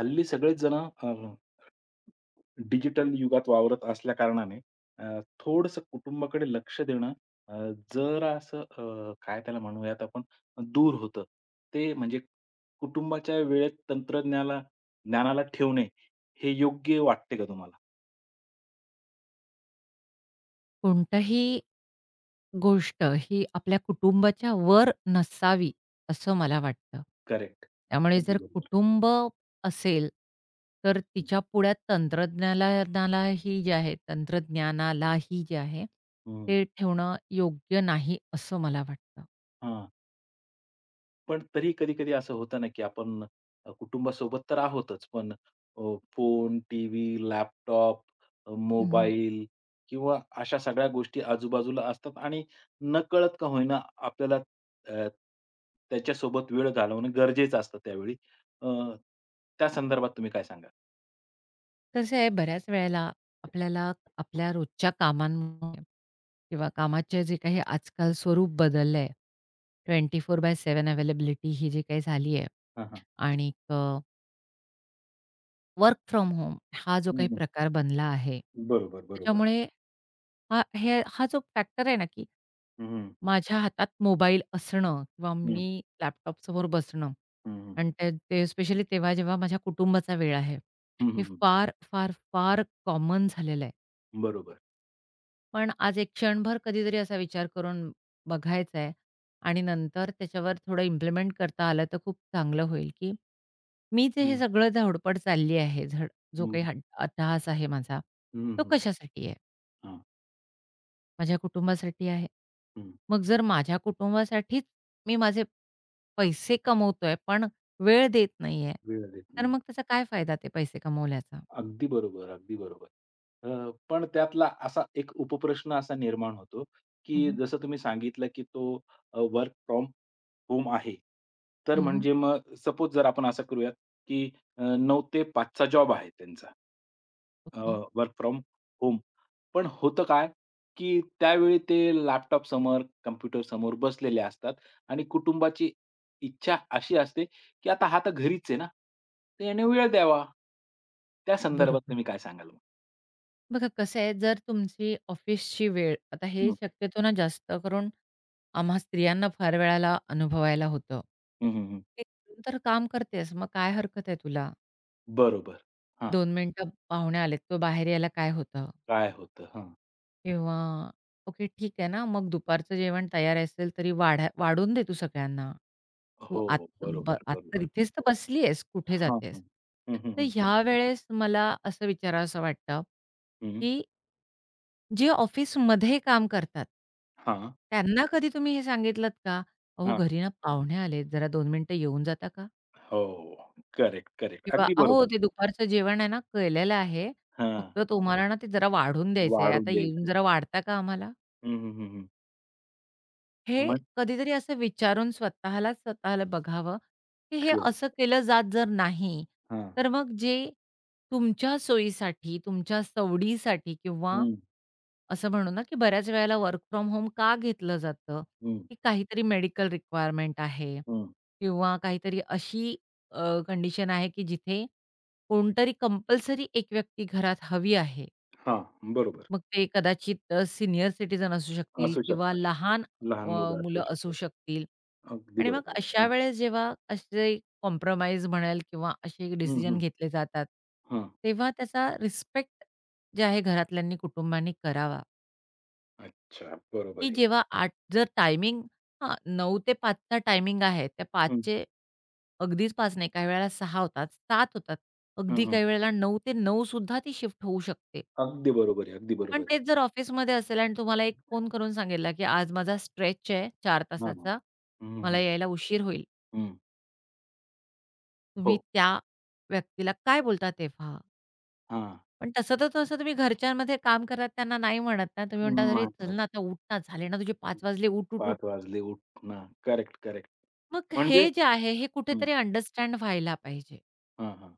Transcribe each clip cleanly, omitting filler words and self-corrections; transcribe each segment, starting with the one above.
हल्ली सगळेच जण डिजिटल युगात वावरत असल्या कारणाने थोडंसं कुटुंबाकडे लक्ष देणं अ, जरासं काय त्याला म्हणूयात आपण दूर होतं. ते म्हणजे कुटुंबाच्या वेळेत तंत्रज्ञाला ज्ञानाला ठेवणे हे योग्य वाटते का तुम्हाला? कोणताही गोष्ट ही आपल्या कुटुंबाच्या वर नसावी, असं मला वाटतं. करेक्ट. त्यामुळे अगदी जर बरोबर. कुटुंब असेल, तर हं. तिच्या पुढ्यात तंत्रज्ञाला नालाही जे आहे तंत्रज्ञानालाही जे आहे, हं. ते ठेवणं योग्य नाही असं मला वाटतं. पण तरी कधी-कधी असं होतं ना, की आपण कुटुंबासोबत तर आहोतच, पण फोन, टीव्ही, लॅपटॉप, मोबाईल किंवा अशा सगळ्या गोष्टी आजूबाजूला असतात आणि नकळत का होईना आपल्याला अ, त्याच्यासोबत वेळ घालवणं गरजेचं असतं त्यावेळी. अ, त्या संदर्भात तुम्ही काय सांगाल? कसं आहे बऱ्याच वेळेला आपल्याला आपल्या रोजच्या कामांमुळे किंवा कामाचे जे काही आजकाल स्वरूप बदललं आहे. 24/7 अवेलेबिलिटी ही जी काही झाली आहे हां, हां. आणि वर्क फ्रॉम होम हा जो हं, काही हं. प्रकार बनला आहे, बरोबर, बरोबर. त्याच्यामुळे हा जो फॅक्टर आहे ना, की हं, हं. माझ्या हातात मोबाईल असणं किंवा हं, मी लॅपटॉपसमोर बसणं हं. आणि ते ते स्पेशली तेव्हा जेव्हा माझ्या कुटुंबाचा वेळ आहे, हं, हे हं, फार, फार, फार कॉमन झालेलं आहे. बरोबर. पण आज एक क्षणभर कधीतरी असा विचार करून बघायचा आहे आणि नंतर त्याच्यावर थोडं इम्प्लिमेंट करता आलं तर खूप चांगलं होईल, की मी जे हे हं, सगळं धडपड चालली आहे, जो हं. काही अट्टाहास आहे माझा, हं, तो हं. कशासाठी आहे? हां. माझ्या कुटुंबासाठी आहे. हं. मग जर माझ्या कुटुंबासाठीच मी माझे पैसे कमवतोय, पण वेळ देत नाहीये, वेळ देत तर नाही. मग त्याचा काय फायदा ते पैसे कमवल्याचा? अगदी बरोबर, अगदी बरोबर. पण त्यातला असा एक उपप्रश्न असा निर्माण होतो, हं, की हं. जसं तुम्ही सांगितलं, की तो वर्क फ्रॉम होम आहे. तर म्हणजे मग सपोज जर आपण असं करूयात, की 9 ते 5 जॉब आहे त्यांचा ओके. Work from home. पण होतं काय, की त्यावेळी ते लॅपटॉपसमोर, कॉम्प्युटरसमोर बसलेले असतात आणि कुटुंबाची इच्छा अशी असते, की आता हा तर घरीच आहे ना, तर याने वेळ द्यावा. त्या संदर्भात बरोबर. तुम्ही काय सांगाल मग? बघा कसं आहे, जर तुमची ऑफिसची वेळ आता हे हं. शक्यतो ना जास्त करून आम्हा स्त्रियांना फार वेळेला अनुभवायला होतं. हं, हं, हं. "ए, तू तर काम करतेस, मग काय हरकत आहे तुला? बरोबर. हां. 2 मिनिटं पाहुणे आलेत, तो बाहेर यायला काय होतं?" काय होतं? हां. किंवा "ओके, ठीक आहे ना, मग दुपारचं जेवण तयार असेल तरी वाढून दे तू सगळ्यांना. तू आत हो. ब बरोबर, आता बरोबर. इथेच तर बसली आहेस, कुठे हां, हां. जातेस?" हं, हं, तर हं. ह्यावेळेस मला असं विचारावसं वाटतं, हं. की जे ऑफिसमध्ये काम करतात, हां, त्यांना कधी तुम्ही हे सांगितलत का? "अहो, हां. घरी ना पाहुणे आलेत, जरा 2 मिनिटं येऊन जाता का?" हो. Correct, correct. किंवा अगदी "अहो, बरोबर. ते दुपारचं जेवण आहे ना, केलेलं आहे, हां. फक्त तुम्हाला ना ते जरा वाढून द्यायचंय. वाढून आता येऊन द्यायचं. जरा वाढता का आम्हाला?" हं, हं, हं, हं. हे मग कधीतरी असं विचारून स्वतःला बघावं, की हे खरं. असं केलं जात जर नाही, हां. तर मग जे तुमच्या सोयीसाठी, तुमच्या सवडीसाठी किंवा हं, असं म्हणू ना, की बऱ्याच वेळेला वर्क फ्रॉम होम का घेतलं जातं, हं, की काहीतरी मेडिकल रिक्वायरमेंट आहे हं. किंवा काहीतरी अशी कंडिशन आहे, की जिथे कोणतरी कंपल्सरी एक व्यक्ती घरात हवी आहे. हां. बरोबर. मग ते कदाचित सीनियर सिटिझन असू शकतील असू किंवा शकतात. लहान लहान मुलं असू मुलं असू शकतात. शकतील अगदी आणि मग बरोबर. अशा हां. वेळेस जेव्हा असे कॉम्प्रोमाईज म्हणाल किंवा असे हं, डिसिजन हं. घेतले जातात, हां. तेव्हा त्याचा रिस्पेक्ट जे आहे घरातल्यांनी, कुटुंबांनी करावा, अच्छा. बरोबर की आहे. जेव्हा 8 9 ते 5 टायमिंग आहे. त्या हं. 5 अगदीच 5 नाही, काही वेळेला 6 होतात, 7 होतात. हं, अगदी हं. काही वेळेला 9 ते 9 सुद्धा ती शिफ्ट होऊ शकते. अगदी बरोबर आहे. अगदी बरोबर पण आहे. तेच जर ऑफिसमध्ये असेल आणि तुम्हाला एक फोन करून सांगितला, की आज माझा स्ट्रेच आहे 4 हां, हां. तासाचा, हं, मला हं. यायला उशीर होईल. हं, तुम्ही हो. त्या व्यक्तीला काय बोलता तेव्हा? हां. पण तसं तुम्ही घरच्यांमध्ये काम करतात त्यांना नाही म्हणत ना. तुम्ही नाही म्हणता, "अरे चल माहित. ना आता उठ ना, झाले ना तुझे 5 वाजले उठ, उठ, 5 उठ." वाजले उठणं. Correct, correct. मग हे म्हणजे जे आहे हे हं, कुठेतरी अंडरस्टँड व्हायला पाहिजे हां, हां.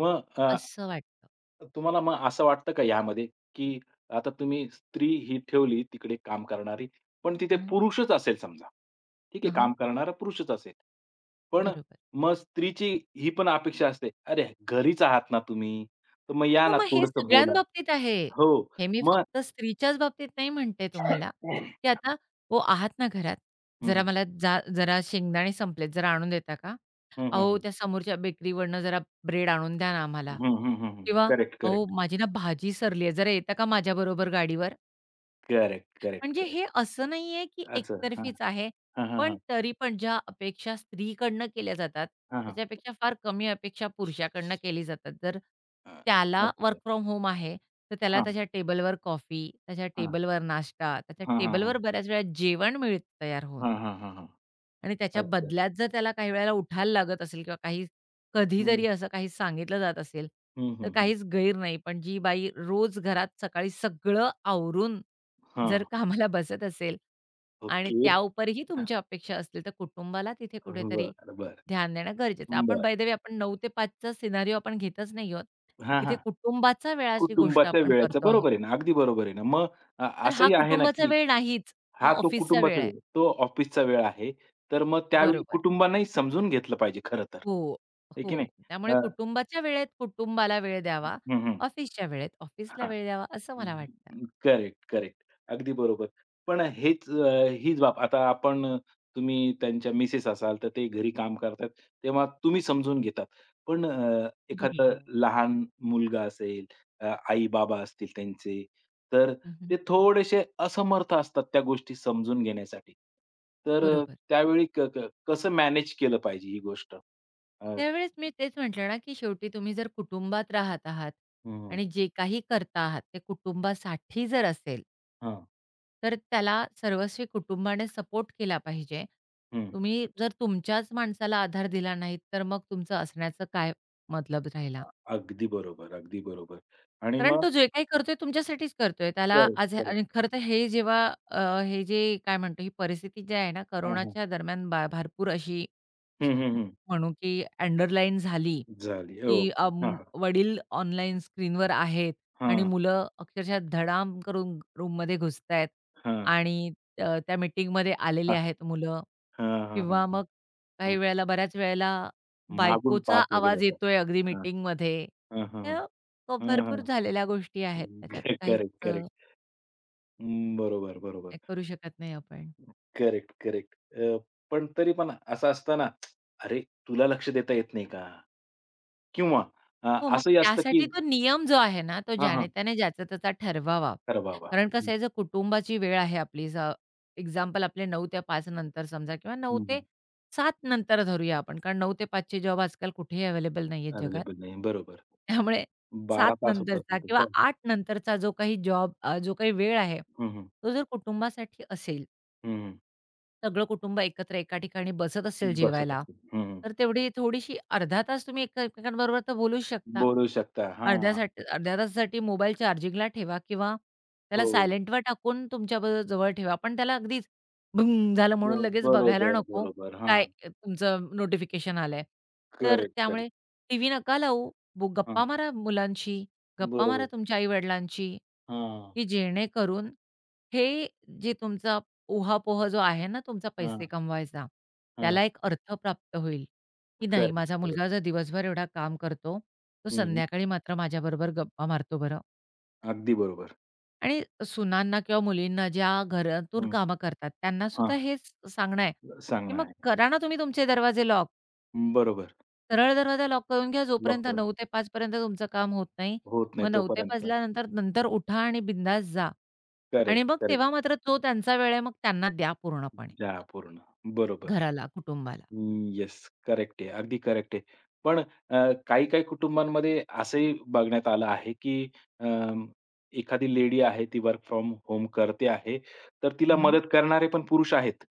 मग असं वाटतं. तुम्हाला मग असं वाटतं का यामध्ये, की आता तुम्ही स्त्री ही ठेवली तिकडे काम करणारी, पण तिथे हं, हं. पुरुषच असेल समजा. ठीक आहे, काम करणारा पुरुषच असेल. पण बरोबर. मग स्त्रीची ही पण अपेक्षा असते, "अरे, घरीच आहात ना तुम्ही, तर मग या हो, ना मग हे थोडंसं बोला." सगळ्यांबाबतीत आहे. हो. हे मी मग फक्त स्त्रीच्याच बाबतीत नाही म्हणते तुम्हाला, की आता "ओ, आहात ना घरात? हं, हं. जरा मला जा जरा शेंगदाणे संपलेत, जरा आणून देता का? अहो, हं, त्या समोरच्या बेकरीवरनं जरा ब्रेड आणून द्या ना आम्हाला." हं, हं, हं, हं. किंवा करेक्ट, "अहो, करेक्ट. माझी ना भाजी सरली आहे, जरा येता का माझ्याबरोबर गाडीवर?" करेक्ट, करेक्ट, म्हणजे हे करेक्ट. असं नाहीये, की असं. हां. एकतर्फीच आहे. हां, हां, पण हां. तरी पण ज्या अपेक्षा स्त्रीकडनं केल्या जातात, हां, हां. त्याच्यापेक्षा फार कमी अपेक्षा पुरुषाकडनं केली जातात. जर अ, त्याला वर्क अच्छा. फ्रॉम होम आहे, तर त्याला हां, त्याच्या टेबलवर कॉफी, त्याच्या हां. टेबलवर नाश्ता, त्याच्या हां, हां, हां. टेबलवर बऱ्याच वेळा जेवण मिळतं तयार होऊन. हां, हां, हां, हां. आणि त्याच्या अच्छा. बदल्यात जर त्याला काही वेळेला उठायला लागत असेल किंवा काही हं, कधीतरी असं काही सांगितलं जात असेल, हं, तर हं, हं. काहीच गैर नाही. पण जी बाई रोज घरात सकाळी सगळं आवरून हां. जर कामाला बसत असेल आणि ओके. त्या उपरही तुमच्या अपेक्षा असतील, तर कुटुंबाला तिथे बरं, कुठेतरी बरं. बरं. ध्यान देणं गरजेचं आहे. आपण बाय द वे आपण 9:00 ते 5:00 सिनारिओ आपण घेतच नाही आहोत. हां, इथे हां. कुटुंबाचा वेळाची गोष्ट कुटुंबाच्या आपण वेळेचा करतो आहोत. बरोबर आहे ना, अगदी बरोबर आहे ना. मग तर हा असंही आहे ना, कुटुंबाचा की वेळ नाहीच. हा हा तो ऑफिसचा कुटुंबाचा वेळ आहे. वेळ, तो ऑफिसचा वेळ आहे. तर मग त्यावेळी बरोबर. कुटुंबांनाही समजून घेतलं पाहिजे खरं तर. हो, आहे की हो. नाही? त्यामुळे अ, कुटुंबाच्या वेळेत कुटुंबाला वेळ द्यावा, हं, हं. ऑफिसच्या वेळेत ऑफिसला वेळ द्यावा, असं मला वाटतं. Correct, correct. अगदी बरोबर. पण हेच हीच बाब आता आपण तुम्ही त्यांच्या मिसेस असाल, तर ते घरी काम करतात, तेव्हा तुम्ही समजून घेतात. पण एखादं बरोबर. लहान मुलगा असेल, आई-बाबा असतील त्यांचे, तर हं, हं. ते थोडेसे असमर्थ असतात त्या गोष्टी समजून घेण्यासाठी. तर बरोबर. त्यावेळी क क कसं मॅनेज केलं पाहिजे ही गोष्ट? अ, त्यावेळेस मी तेच म्हटलं ना, की शेवटी तुम्ही जर कुटुंबात राहत आहात हं, हं, आणि जे काही करता आहात, ते कुटुंबासाठी जर असेल तर त्याला सर्वस्वी कुटुंबाने सपोर्ट केला पाहिजे. हं. तुम्ही जर तुमच्याच माणसाला आधार दिला नाहीत, तर मग तुमचं असण्याचं काय मतलब राहिला? अगदी बरोबर, अगदी बरोबर. आणि कारण मग तो जे काही करतोय तुमच्यासाठीच करतोय. त्याला आज आणि खरं तर हे जेव्हा अ, हे जे काय म्हणतो, ही परिस्थिती जी आहे ना, हां, हां. कोरोनाच्या दरम्यान भरपूर अशी हं, हं, हं. म्हणू की अंडरलाईन झाली, झाली. की ओके. हां, हां. वडील ऑनलाईन स्क्रीनवर आहेत आणि मुलं अक्षरशः धडाम करून रूममध्ये घुसतायत हां, हां. आणि त्या मीटिंगमध्ये आलेले आहेत मुलं हां, हां, हां, किंवा हां. मग काही वेळेला बऱ्याच वेळेला मागून बायकोचा पास वगैरे आवाज होता. येतोय अगदी हां, मीटिंगमध्ये. हां, हां, हां. ह्या हां, हां. भरपूर झालेल्या गोष्टी आहेत त्याच्यात करेक्ट, काहीच करेक्ट. अं, बरोबर, बरोबर. काही करू शकत नाही आपण. Correct, correct. पण तरी पण असं असतं ना, "अरे, तुला लक्ष देता येत नाही का?" किंवा अ, हो, मग असंही असतं की त्यासाठी तो नियम जो आहे ना, तो हां, हां. ज्याने-त्याने ज्याचा-त्याचा ठरवावा. "अरे वाह, वाह!" कारण हं, कसं आहे, जर कुटुंबाची वेळ आहे आपली, एक्झाम्पल आपले 9:00 ते 5:00 नंतर समजा किंवा 9:00 हं, ते हं. 7:00 नंतर धरूया आपण, कारण 9:00 ते 5:00 जॉब आजकाल कुठेही अवेलेबल नाही आहेत जगात. अवेलेबल नाही. बरोबर. त्यामुळे 7:00 12 तास होतात नंतरचा किंवा तिथे. 8:00 नंतरचा जो काही जॉब जो काही वेळ आहे, हं, हं. तो जर कुटुंबासाठी असेल हं, हं. सगळं कुटुंब एकत्र एका ठिकाणी बसत असेल बसत जेवायला, असतील. हं, हं. तर तेवढी थोडीशी अर्धा तास तुम्ही एकमेकांबरोबर तर बोलूच शकता. बोलू शकता. हां. अर्ध्या तासासाठी मोबाईल चार्जिंगला ठेवा किंवा त्याला हो. सायलेंटवर टाकून तुमच्या जवळ ठेवा. पण त्याला अगदीच भूंग झालं ब म्हणून लगेच बघायला बरोबर, नको, बरोबर. हां. काय तुमचं नोटिफिकेशन आलंय. तर करेक्ट, करेक्ट. त्यामुळे टीव्ही नका लावू. गप्पा हां. मारा मुलांशी, गप्पा मारा बरोबर. तुमच्या आई-वडिलांशी, हां, की जेणेकरून हे जे तुमचा ऊहापोह जो आहे ना तुमचा पैसे हां, कमवायचा, हां. त्याला एक अर्थ प्राप्त होईल, की नाही करेक्ट, माझा करेक्ट. मुलगा जर दिवसभर एवढा काम करतो, तो हं. संध्याकाळी मात्र माझ्याबरोबर गप्पा मारतो बरं. अगदी बरोबर. आणि सुनांना किंवा मुलींना ज्या घरातून हं. कामं करतात त्यांना सुद्धा हां. हेच सांगणं आहे, की सांगणं मग आहे. करा ना तुम्ही तुमचे दरवाजे लॉक. बरोबर. सरळ दरवाजा लॉक करून घ्या लॉक जोपर्यंत 9 ते 5 पर्यंत तुमचं काम होत नाही. होत नाही मग 9 ते 5 तोपर्यंत. नंतर नंतर उठा आणि बिंदास जा. आणि करेक्ट, मग करेक्ट. तेव्हा मात्र तो त्यांचा वेळ आहे मग त्यांना द्या पूर्णपणे, द्या पूर्ण. बरोबर. घराला, कुटुंबाला. येस. करेक्ट आहे. अगदी करेक्ट आहे. पण काही-काही कुटुंबांमध्ये असंही बघण्यात आलं आहे, की अ, एखादी लेडी आहे, ती वर्क फ्रॉम होम करते आहे, तर तिला हं. मदत करणारे पण पुरुष आहेत.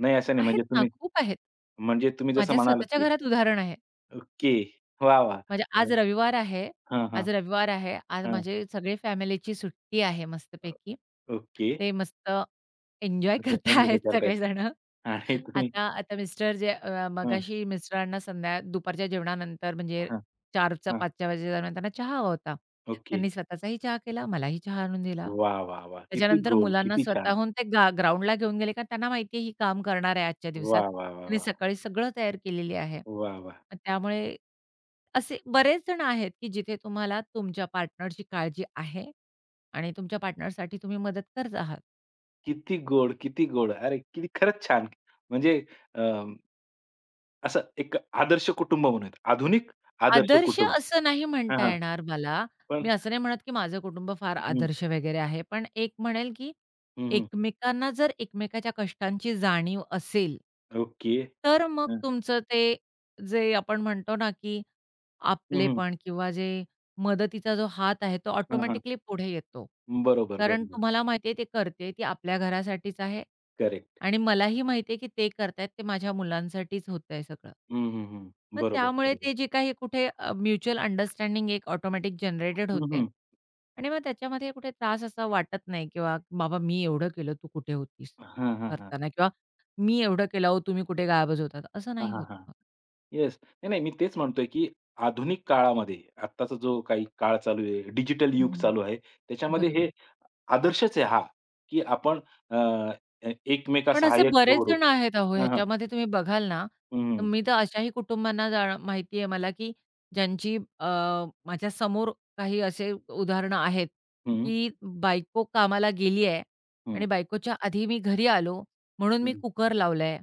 नाही, असं नाही. आहेत म्हणजे ना, तुम्ही खूप आहेत. म्हणजे तुम्ही जसं माझ्या म्हणालात, स्वतःच्या की घरात उदाहरण आहे. ओके. वाह! वाह! अ, आज रविवार आहे. हां, हां, आज रविवार आहे. आज हां. माझे सगळे फॅमिलीची सुट्टी आहे मस्तपैकी. ओके. ते मस्त एन्जॉय एन्जॉय करताहेत करतायत सगळेजण. आणि तुम्ही आता आता मिस्टर जे हं, मगाशी मिस्टरांना दुपारच्या जेवणानंतर म्हणजे हं, 4च्या हं. 5च्या वाजेच्या दरम्यान त्यांना चहा हवा होता. ओके. त्यांनी स्वतःचाही चहा केला, मलाही चहा आणून दिला. वाह! वाह! वाह! किती त्याच्यानंतर गोड, मुलांना किती छान. स्वतःहून ते ग्राउंडला घेऊन गेले, कारण त्यांना माहिती आहे ही काम करणार आहे आजच्या दिवसात. वाह! वाह! वाह! त्यांनी वाह! सकाळी सगळं तयार केलेली आहे. वाह! वाह! मग त्यामुळे असे बरेच जण आहेत, की जिथे तुम्हाला तुमच्या पार्टनरची काळजी आहे आणि तुमच्या पार्टनरसाठी तुम्ही मदत करत आहात. किती गोड, किती गोड! अरे, किती खरंच छान! म्हणजे अ, असं एक आदर्श कुटुंब म्हणूयात. आधुनिक आदर्श आदर्श कुटुंब. असं नाही हां, म्हणता हां. येणार मला. पण मी असं नाही म्हणत, की माझं कुटुंब फार हं, आदर्श वगैरे आहे. पण एक म्हणेल, की हं, हं. एकमेकांना जर एकमेकाच्या कष्टांची जाणीव असेल ओके. तर मग हं, तुमचं ते जे आपण म्हणतो ना, की हं, हं. आपलेपण किंवा जे मदतीचा जो हात आहे, तो हां, हां. ऑटोमॅटिकली पुढे येतो. बरोबर, कारण बरोबर. तुम्हाला माहिती आहे, ती करते ती आपल्या घरासाठीच आहे. करेक्ट. आणि मलाही माहिती आहे, की ते करतायत ते माझ्या मुलांसाठीच होतंय सगळं. हं, हं, हं. मग बरोबर, त्यामुळे बरोबर. ते जे काही कुठे म्युच्युअल अंडरस्टँडिंग एक ऑटोमॅटिक जनरेटेड हं, होते हं. आणि मग त्याच्यामध्ये कुठे त्रास असा वाटत नाही किंवा "बाबा मी एवढं केलं, तू कुठे होतीस?" हां, हां, हां. करताना किंवा "मी एवढं केलं, अहो तुम्ही कुठे गायबच होतात?" असं हां, नाही हां, होत हां. मग. येस. नाही, नाही, मी तेच म्हणतोय, की आधुनिक काळामध्ये आत्ताचा जो काही काळ चालू आहे, डिजिटल युग हं, चालू आहे, त्याच्यामध्ये हे बरोबर. आदर्शच आहे हा, की आपण अ, पण असे एकमेकासहाय्यक बरेच करू. जण आहेत अहो हां, हां. ह्याच्यामध्ये तुम्ही बघाल ना, तर हं, मी तर अशाही कुटुंबांना माहिती आहे मला, की ज्यांची माझ्या समोर काही असे उदाहरणं आहेत, हं, की बायको कामाला गेली आहे हं, आणि बायकोच्या आधी मी घरी आलो म्हणून मी हं. कुकर लावलाय.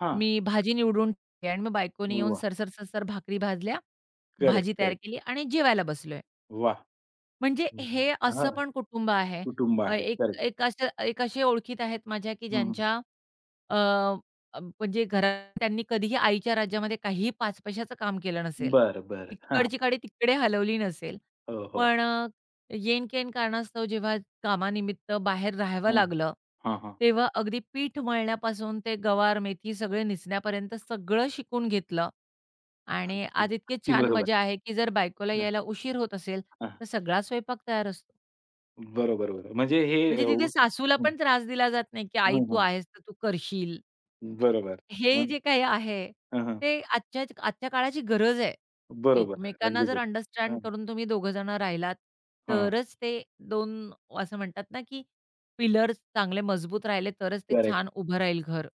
हां. मी भाजी निवडून ठेवली आणि मग बायकोने येऊन वाह! सरसर, सरसर भाकरी भाजल्या, करेक्ट, भाजी तयार करेक्ट. केली आणि जेवायला बसलोय. वाह! म्हणजे हं, हे हां, असं पण कुटुंब आहे. कुटुंब अ, आहेत. एक करेक्ट. एक अशा एक असे ओळखीत आहेत माझ्या, की हं, हं. ज्यांच्या अ, अ, म्हणजे घरात त्यांनी कधीही आईच्या राज्यामध्ये काहीही 5 पैशाचं काम केलं नसेल. बरं, बरं. हां. इकडची काडी तिकडे हलवली नसेल. हो, हो. पण येन-केन कारणास्तव जेव्हा कामानिमित्त बाहेर राहावं हां, लागलं, हां, हां. तेव्हा अगदी पीठ मळण्यापासून ते गवार, मेथी सगळे निसण्यापर्यंत सगळं शिकून घेतलं. आणि आज इतकी अगदी छान बरोबर. मजा आहे, की जर बायकोला हां, यायला उशीर होत असेल, हां. तर सगळा स्वयंपाक तयार असतो. बरोबर, बरोबर. म्हणजे हे म्हणजे तिथे सासूला हं, पण त्रास दिला जात नाही, की "आई हां, तू हां. आहेस तर तू करशील." बरोबर. हे हं, जे काही आहे, हां, हां. ते आजच्या आजच्या काळाची गरज आहे. बरोबर. एकमेकांना अगदी जर बरोबर. अंडरस्टँड हां, करून तुम्ही दोघं जण राहिलात, हां. तरच ते दोन असं म्हणतात ना, की पिलर्स चांगले मजबूत राहिले तरच ते करेक्ट. छान उभं राहील घर.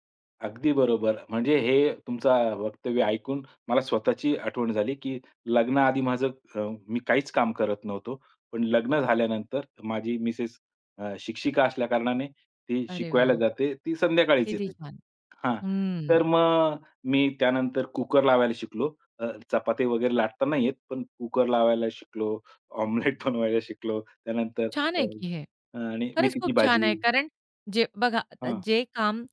अगदी बरोबर. म्हणजे हे तुमचं वक्तव्य ऐकून मला स्वतःची आठवण झाली, की लग्नाआधी माझं अ, मी काहीच काम करत नव्हतो. पण लग्न झाल्यानंतर माझी मिसेस शिक्षिका असल्याकारणाने ती अरे शिकवायला वाह! जाते. ती संध्याकाळीच किती येते. छान. हां. तर हं. मग मी त्यानंतर कुकर लावायला शिकलो. चपाती वगैरे लाटता नाही येत, पण कुकर लावायला शिकलो, ऑमलेट बनवायला शिकलो. त्यानंतर छान अ, आहे की हे. आणि खरंच मेथीची खूप छान आहे. भाजी. कारण जे बघा आता हां.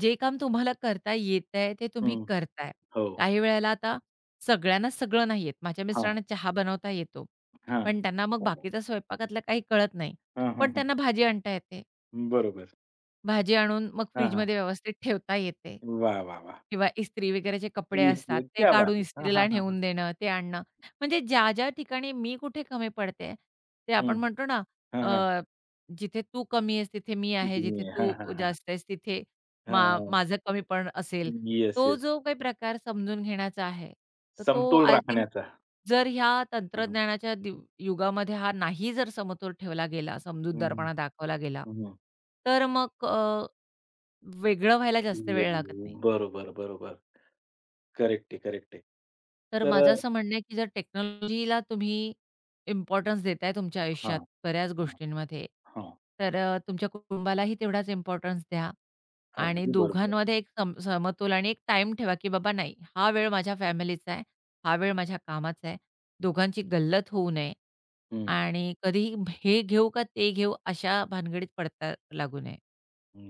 जे काम तुम्हाला करता येतंय ते तुम्ही हं. करताय. हो. काही वेळेला आता सगळ्यांना सगळं नाही येत. माझ्या हां, मिस्टरांना चहा बनवता येतो. हां. पण त्यांना मग बाकीचा स्वयंपाकातलं काही कळत नाही. हां, हां, पण हां. त्यांना भाजी आणता येते. बरोबर. भाजी आणून मग हां, हां. फ्रिजमध्ये व्यवस्थित ठेवता येते. वाह, वाह, वाह! किंवा इस्त्री वगैरेचे कपडे इतके असतात, ते क्या काढून बात है! हां, हां, इस्त्रीला हां, हां. नेऊन देणं, ते आणणं. म्हणजे ज्या-ज्या ठिकाणी मी कुठे कमी पडते, ते हं. आपण म्हणतो ना, हां, अ, हां. जिथे तू कमी आहेस, तिथे मी तिथे आहे. मी जिथे आहे. हां, तू हां, हां. जास्त आहेस, तिथे हां. माझं कमीपण असेल. येस, तो येस. जो काही प्रकार समजून घेण्याचा आहे, तर तो समतोल आय थिंक राखण्याचा. जर ह्या हां, हां. तंत्रज्ञानाच्या युगामध्ये हा नाही जर समतोल ठेवला गेला, हं, हं. समजूतदारपणा दाखवला गेला, हं, हं. तर मग वेगळं व्हायला जास्त वेळ लागत वेगवेगळे. नाही. बरोबर, बरोबर. करेक्ट आहे, करेक्ट आहे. तर तर अ माझं असं म्हणणं आहे, की जर टेक्नॉलॉजीला तुम्ही इम्पोर्टन्स देताय तुमच्या हां, आयुष्यात बऱ्याच हां, गोष्टींमध्ये, हां. तर तुमच्या कुटुंबालाही तेवढाच इम्पोर्टन्स द्या आणि अगदी बरोबर. दोघांमध्ये एक समतोल आणि एक टाईम ठेवा, की बाबा नाही, हा वेळ माझ्या फॅमिलीचा आहे, हा वेळ माझ्या कामाचा आहे. दोघांची गल्लत होऊ नये. हं. आणि कधीही हे घेऊ का ते घेऊ अशा भानगडीत पडता लागू नये.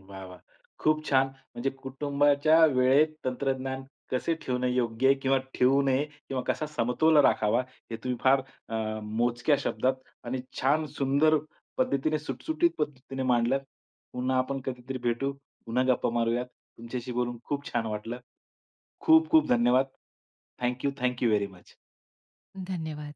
वाह, वाह! खूप छान. म्हणजे कुटुंबाच्या वेळेत तंत्रज्ञान कसे ठेवणं योग्य आहे किंवा ठेवू नये किंवा कसा समतोल राखावा, हे तुम्ही फार मोजक्या शब्दात आणि छान सुंदर पद्धतीने, सुटसुटीत पद्धतीने मांडलं. पुन्हा आपण कधीतरी भेटू, पुन्हा गप्पा मारूयात. तुमच्याशी बोलून खूप छान वाटलं. खूप खूप धन्यवाद. Thank you, very much. धन्यवाद.